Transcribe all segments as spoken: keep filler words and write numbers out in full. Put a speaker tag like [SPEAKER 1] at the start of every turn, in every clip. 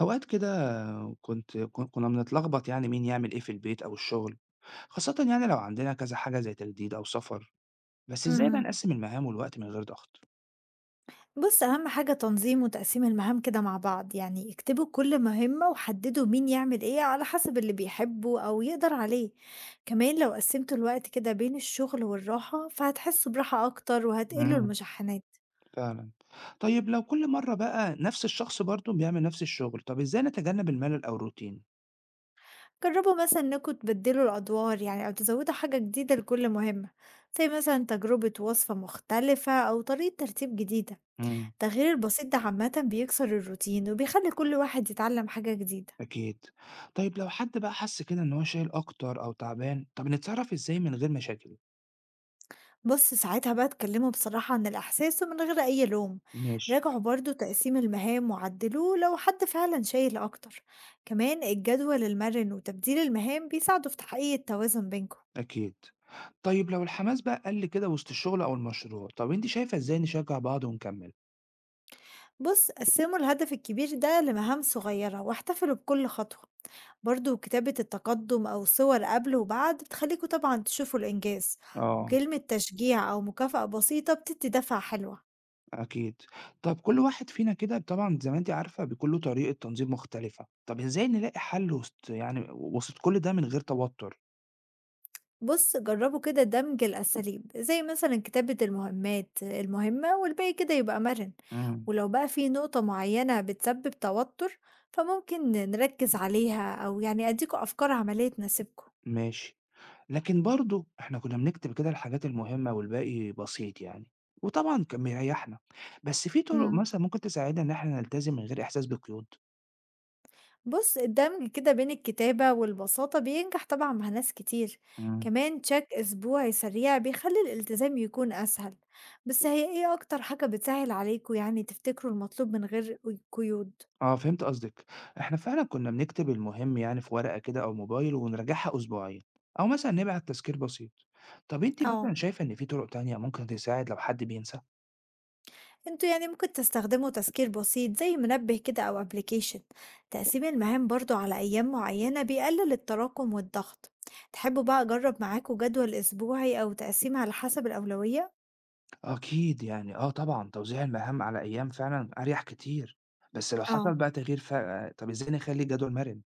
[SPEAKER 1] أوقات كده كنت كن- كنا بنتلخبط يعني مين يعمل إيه في البيت أو الشغل، خاصة يعني لو عندنا كذا حاجة زي تجديد أو سفر. بس إزاي بقى
[SPEAKER 2] اهم.
[SPEAKER 1] نقسم المهام والوقت من غير ضغط؟
[SPEAKER 2] بُص، أهم حاجة تنظيم وتقسيم المهام كده مع بعض، يعني اكتبوا كل مهمة وحددوا مين يعمل إيه على حسب اللي بيحبه أو يقدر عليه، كمان لو قسمتوا الوقت كده بين الشغل والراحة فهتحسوا براحة أكتر وهتقلوا
[SPEAKER 1] امم
[SPEAKER 2] المشحنات،
[SPEAKER 1] فعلا. طيب لو كل مرة بقى نفس الشخص برضه بيعمل نفس الشغل، طب إزاي نتجنب الملل أو الروتين؟
[SPEAKER 2] جربوا مثلًا إنكم تبدلوا الأدوار يعني أو تزودوا حاجة جديدة لكل مهمة، زي مثلًا تجربة وصفة مختلفة أو طريقة ترتيب جديدة،
[SPEAKER 1] امم
[SPEAKER 2] التغيير البسيط ده عامةً بيكسر الروتين وبيخلي كل واحد يتعلم حاجة جديدة.
[SPEAKER 1] أكيد. طيب لو حد بقى حس كده إن هو شايل أكتر أو تعبان، طب نتصرف إزاي من غير مشاكل؟
[SPEAKER 2] بُص، ساعتها بقى اتكلموا بصراحة عن الإحساس ومن غير أي لوم،
[SPEAKER 1] ماشي.
[SPEAKER 2] راجعوا برضه تقسيم المهام وعدلوه لو حد فعلا شايل أكتر، كمان الجدول المرن وتبديل المهام بيساعدوا في تحقيق التوازن بينكم،
[SPEAKER 1] أكيد. طيب لو الحماس بقى قل كده وسط الشغل أو المشروع، طب أنت شايفة إزاي نشجع بعض ونكمل؟
[SPEAKER 2] بُص قسموا الهدف الكبير ده لمهام صغيرة واحتفلوا بكل خطوة، برضه كتابة التقدم أو صور قبل وبعد بتخليكوا طبعا تشوفوا الإنجاز،
[SPEAKER 1] آه،
[SPEAKER 2] وكلمة تشجيع أو مكافأة بسيطة بتدي دفعة حلوة.
[SPEAKER 1] أكيد. طَب كل واحد فينا كده طبعًا زي ما أنتِ عارفة بيكون له طريقة تنظيم مختلفة، طَب إزاي نلاقي حل وسط يعني وسط كل ده من غير توتر؟
[SPEAKER 2] بُص، جرّبوا كده دمج الأساليب، زي مثلًا كتابة المهمات المهمة والباقي كده يبقى مَرِن،
[SPEAKER 1] إمم،
[SPEAKER 2] ولو بقى في نقطة معيّنة بتسبب توتر، فممكن نركّز عليها أو يعني أدّيكوا أفكار عملية تناسبكم.
[SPEAKER 1] ماشي. لكن برضه إحنا كنا بنكتب كده الحاجات المهمة والباقي بسيط يعني، وطبعًا كان بيريحنا. بس في طرق
[SPEAKER 2] إمم،
[SPEAKER 1] مثلًا ممكن تساعدنا إن إحنا نلتزم من غير إحساس بقيود؟
[SPEAKER 2] بُص الدمج كده بين الكتابة والبساطة بينجح طبعًا مع ناس كتير،
[SPEAKER 1] إمم.
[SPEAKER 2] كمان check أسبوعي سريع بيخلّي الالتزام يكون أسهل، بس هي إيه أكتر حاجة بتسهّل عليكم يعني تفتكروا المطلوب من غير قي قيود؟
[SPEAKER 1] آه، فهمت قصدك. إحنا فعلا كنا بنكتب المهم يعني في ورقة كده أو موبايل ونراجعها أسبوعيا، أو مثلا نبعت تذكير بسيط. طب أنت
[SPEAKER 2] آه.
[SPEAKER 1] مثلا شايفة إن في طرق تانية ممكن تساعد لو حد بينسى؟
[SPEAKER 2] انتوا يعني ممكن تستخدموا تذكير بسيط زي منبه كده أو ابلكيشن. تقسيم المهام برضو على أيام معينة بيقلل التراكم والضغط. تحبوا بقى أجرب معاكوا جدول أسبوعي أو تقسيم على حسب الأولوية؟
[SPEAKER 1] أكيد يعني آه طبعا توزيع المهام على أيام فعلا أريح كتير. بس لو حصل
[SPEAKER 2] اه
[SPEAKER 1] بقى تغيير ف... طب إزاي نخلي الجدول مرن؟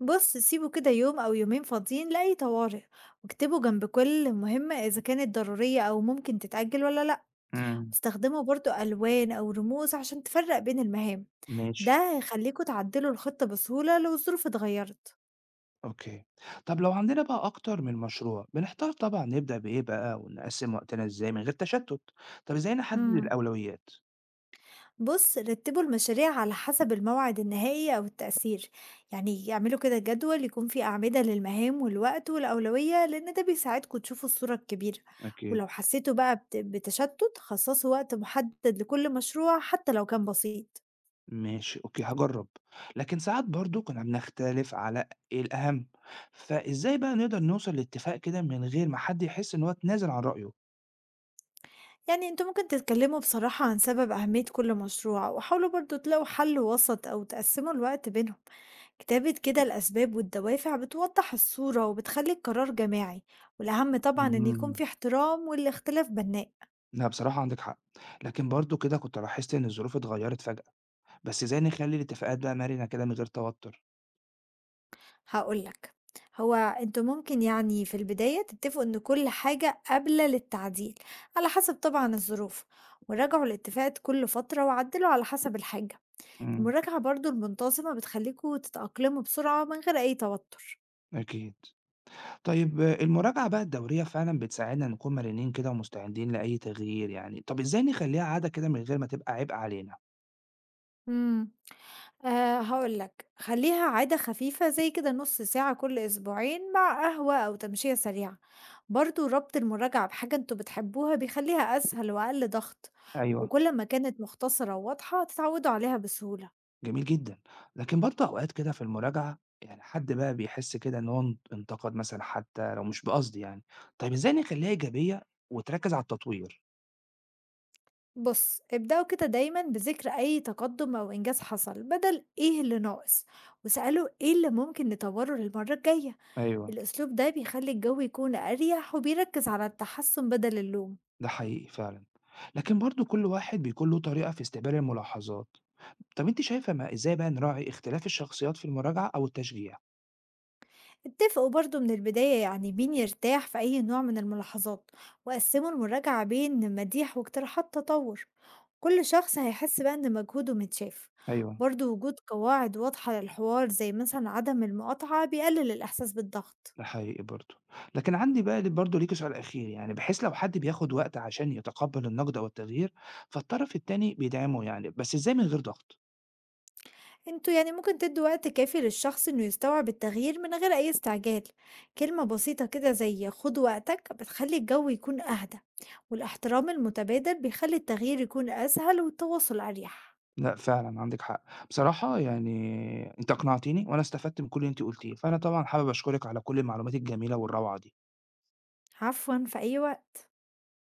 [SPEAKER 2] بص سيبوا كده يوم أو يومين فاضيين لأي طوارئ، واكتبوا جنب كل مهمة إذا كانت ضرورية أو ممكن تتأجل ولا لأ.
[SPEAKER 1] امم
[SPEAKER 2] استخدموا برضو ألوان أو رموز عشان تفرق بين المهام.
[SPEAKER 1] ماشي.
[SPEAKER 2] ده هيخليكوا تعدلوا الخطة بسهولة لو الظروف اتغيرت.
[SPEAKER 1] أوكي. طب لو عندنا بقى أكتر من مشروع بنحتار طبعا نبدأ بإيه بقى ونقسم وقتنا إزاي من غير تشتت، طب إزاي نحدد
[SPEAKER 2] مم.
[SPEAKER 1] الأولويات؟
[SPEAKER 2] بُص، رتّبوا المشاريع على حسب الموعد النهائي أو التأثير، يعني يعملوا كده جدول يكون فيه أعمدة للمهام والوقت والأولوية، لإن ده بيساعدكم تشوفوا الصورة الكبيرة،
[SPEAKER 1] أكيد.
[SPEAKER 2] ولو حسيتوا بقى بت بتشتُّت خصصوا وقت محدد لكل مشروع حتى لو كان بسيط.
[SPEAKER 1] ماشي، أوكي، هاجرّب. لكن ساعات برضه كُنّا بنختلف على إيه الأهم، فإزاي بقى نقدر نوصل لاتفاق كده من غير ما حد يحس إن هو اتنازل عن رأيه؟
[SPEAKER 2] يعني انتوا ممكن تتكلموا بصراحة عن سبب أهمية كل مشروع وحاولوا برضو تلاقوا حل وسط أو تقسموا الوقت بينهم. كتابة كده الأسباب والدوافع بتوضح الصورة وبتخلي القرار جماعي، والأهم طبعا إن يكون
[SPEAKER 1] إمم.
[SPEAKER 2] في احترام والاختلاف بناء.
[SPEAKER 1] لأ بصراحة عندِك حق، لكن برضه كده كنت لاحظت إن الظروف اتغيّرت فجأة، بس إزاي نخلّي الاتفاقات بقى مرنة كده من غير توتُّر؟
[SPEAKER 2] هقولك، هو انتوا ممكن يعني في البداية تتفقوا إن كل حاجة قابلة للتعديل على حسب طبعا الظروف، وراجعوا الاتفاقات كل فترة وعدلوا على حسب الحاجة.
[SPEAKER 1] إمم،
[SPEAKER 2] المراجعة برضو المنتظمة بتخليكوا تتأقلموا بسرعة من غير أي توتر.
[SPEAKER 1] أكيد. طيب آه، المراجعة بقى الدورية فعلًا بتساعدنا نكون مرنين كده ومستعدين لأي تغيير يعني، طَب إزاي نخلّيها عادة كده من غير ما تبقى عبء علينا؟
[SPEAKER 2] إمم، آآ هاقول لك، خلّيها عادة خفيفة زي كده نُص ساعة كل أسبوعين مع قهوة أو تمشية سريعة، برضه ربط المراجعة بحاجة أنتم بتحبوها بيخلّيها أسهل وأقل ضغط،
[SPEAKER 1] أيوه.
[SPEAKER 2] وكل ما كانت مختصرة وواضحة هتتعودوا عليها بسهولة.
[SPEAKER 1] جميل جدًا، لكن برضه أوقات كده في المراجعة يعني حد بقى بيحس كده إن هو ان انتقد مثلًا حتى لو مش بقصد يعني، طيب إزاي نخلّيها إيجابية وتركّز على التطوير؟
[SPEAKER 2] بُص، ابدأوا كده دايمًا بذكر أي تقدُّم أو إنجاز حصل بدل إيه اللي ناقص، واسألوا إيه اللي ممكن نطوّره للمرّة الجاية،
[SPEAKER 1] أيوه،
[SPEAKER 2] الأسلوب ده بيخلّي الجو يكون أريح وبيركّز على التحسّن بدل اللوم.
[SPEAKER 1] ده حقيقي فعلًا، لكن برضه كل واحد بيكون له طريقة في استقبال الملاحظات، طب أنتِ شايفة ما إزاي بقى نراعي اختلاف الشخصيات في المراجعة أو التشجيع؟
[SPEAKER 2] اتفقوا برضو من البداية يعني مين يرتاح في أي نوع من الملاحظات، وقسموا المراجعة بين مديح واقتراحات تطور، كل شخص هيحس بقى إن مجهوده متشاف.
[SPEAKER 1] أيوه،
[SPEAKER 2] برضو وجود قواعد واضحة للحوار زي مثلا عدم المقاطعة بيقلل الإحساس بالضغط.
[SPEAKER 1] ده حقيقي برضه، لكن عندي بقى ل برضه ليكِ سؤال أخير يعني بحيث لو حد بياخد وقت عشان يتقبّل النقد أو التغيير، فالطرف التاني بيدعمه يعني، بس إزاي من غير ضغط؟
[SPEAKER 2] انتوا يعني ممكن تدوا وقت كافي للشخص انه يستوعب التغيير من غير اي استعجال، كلمة بسيطة كده زي خد وقتك بتخلي الجو يكون اهدى، والاحترام المتبادل بيخلي التغيير يكون اسهل والتواصل اريح.
[SPEAKER 1] لأ فعلًا عندِك حق. بصراحة يعني أنتِ أقنعتيني وأنا استفدت من كل اللي أنتِ قُلتيه، فأنا طبعًا حابب أشكرِك على كل المعلومات الجميلة والروعة دي.
[SPEAKER 2] عفوًا، في أي وقت.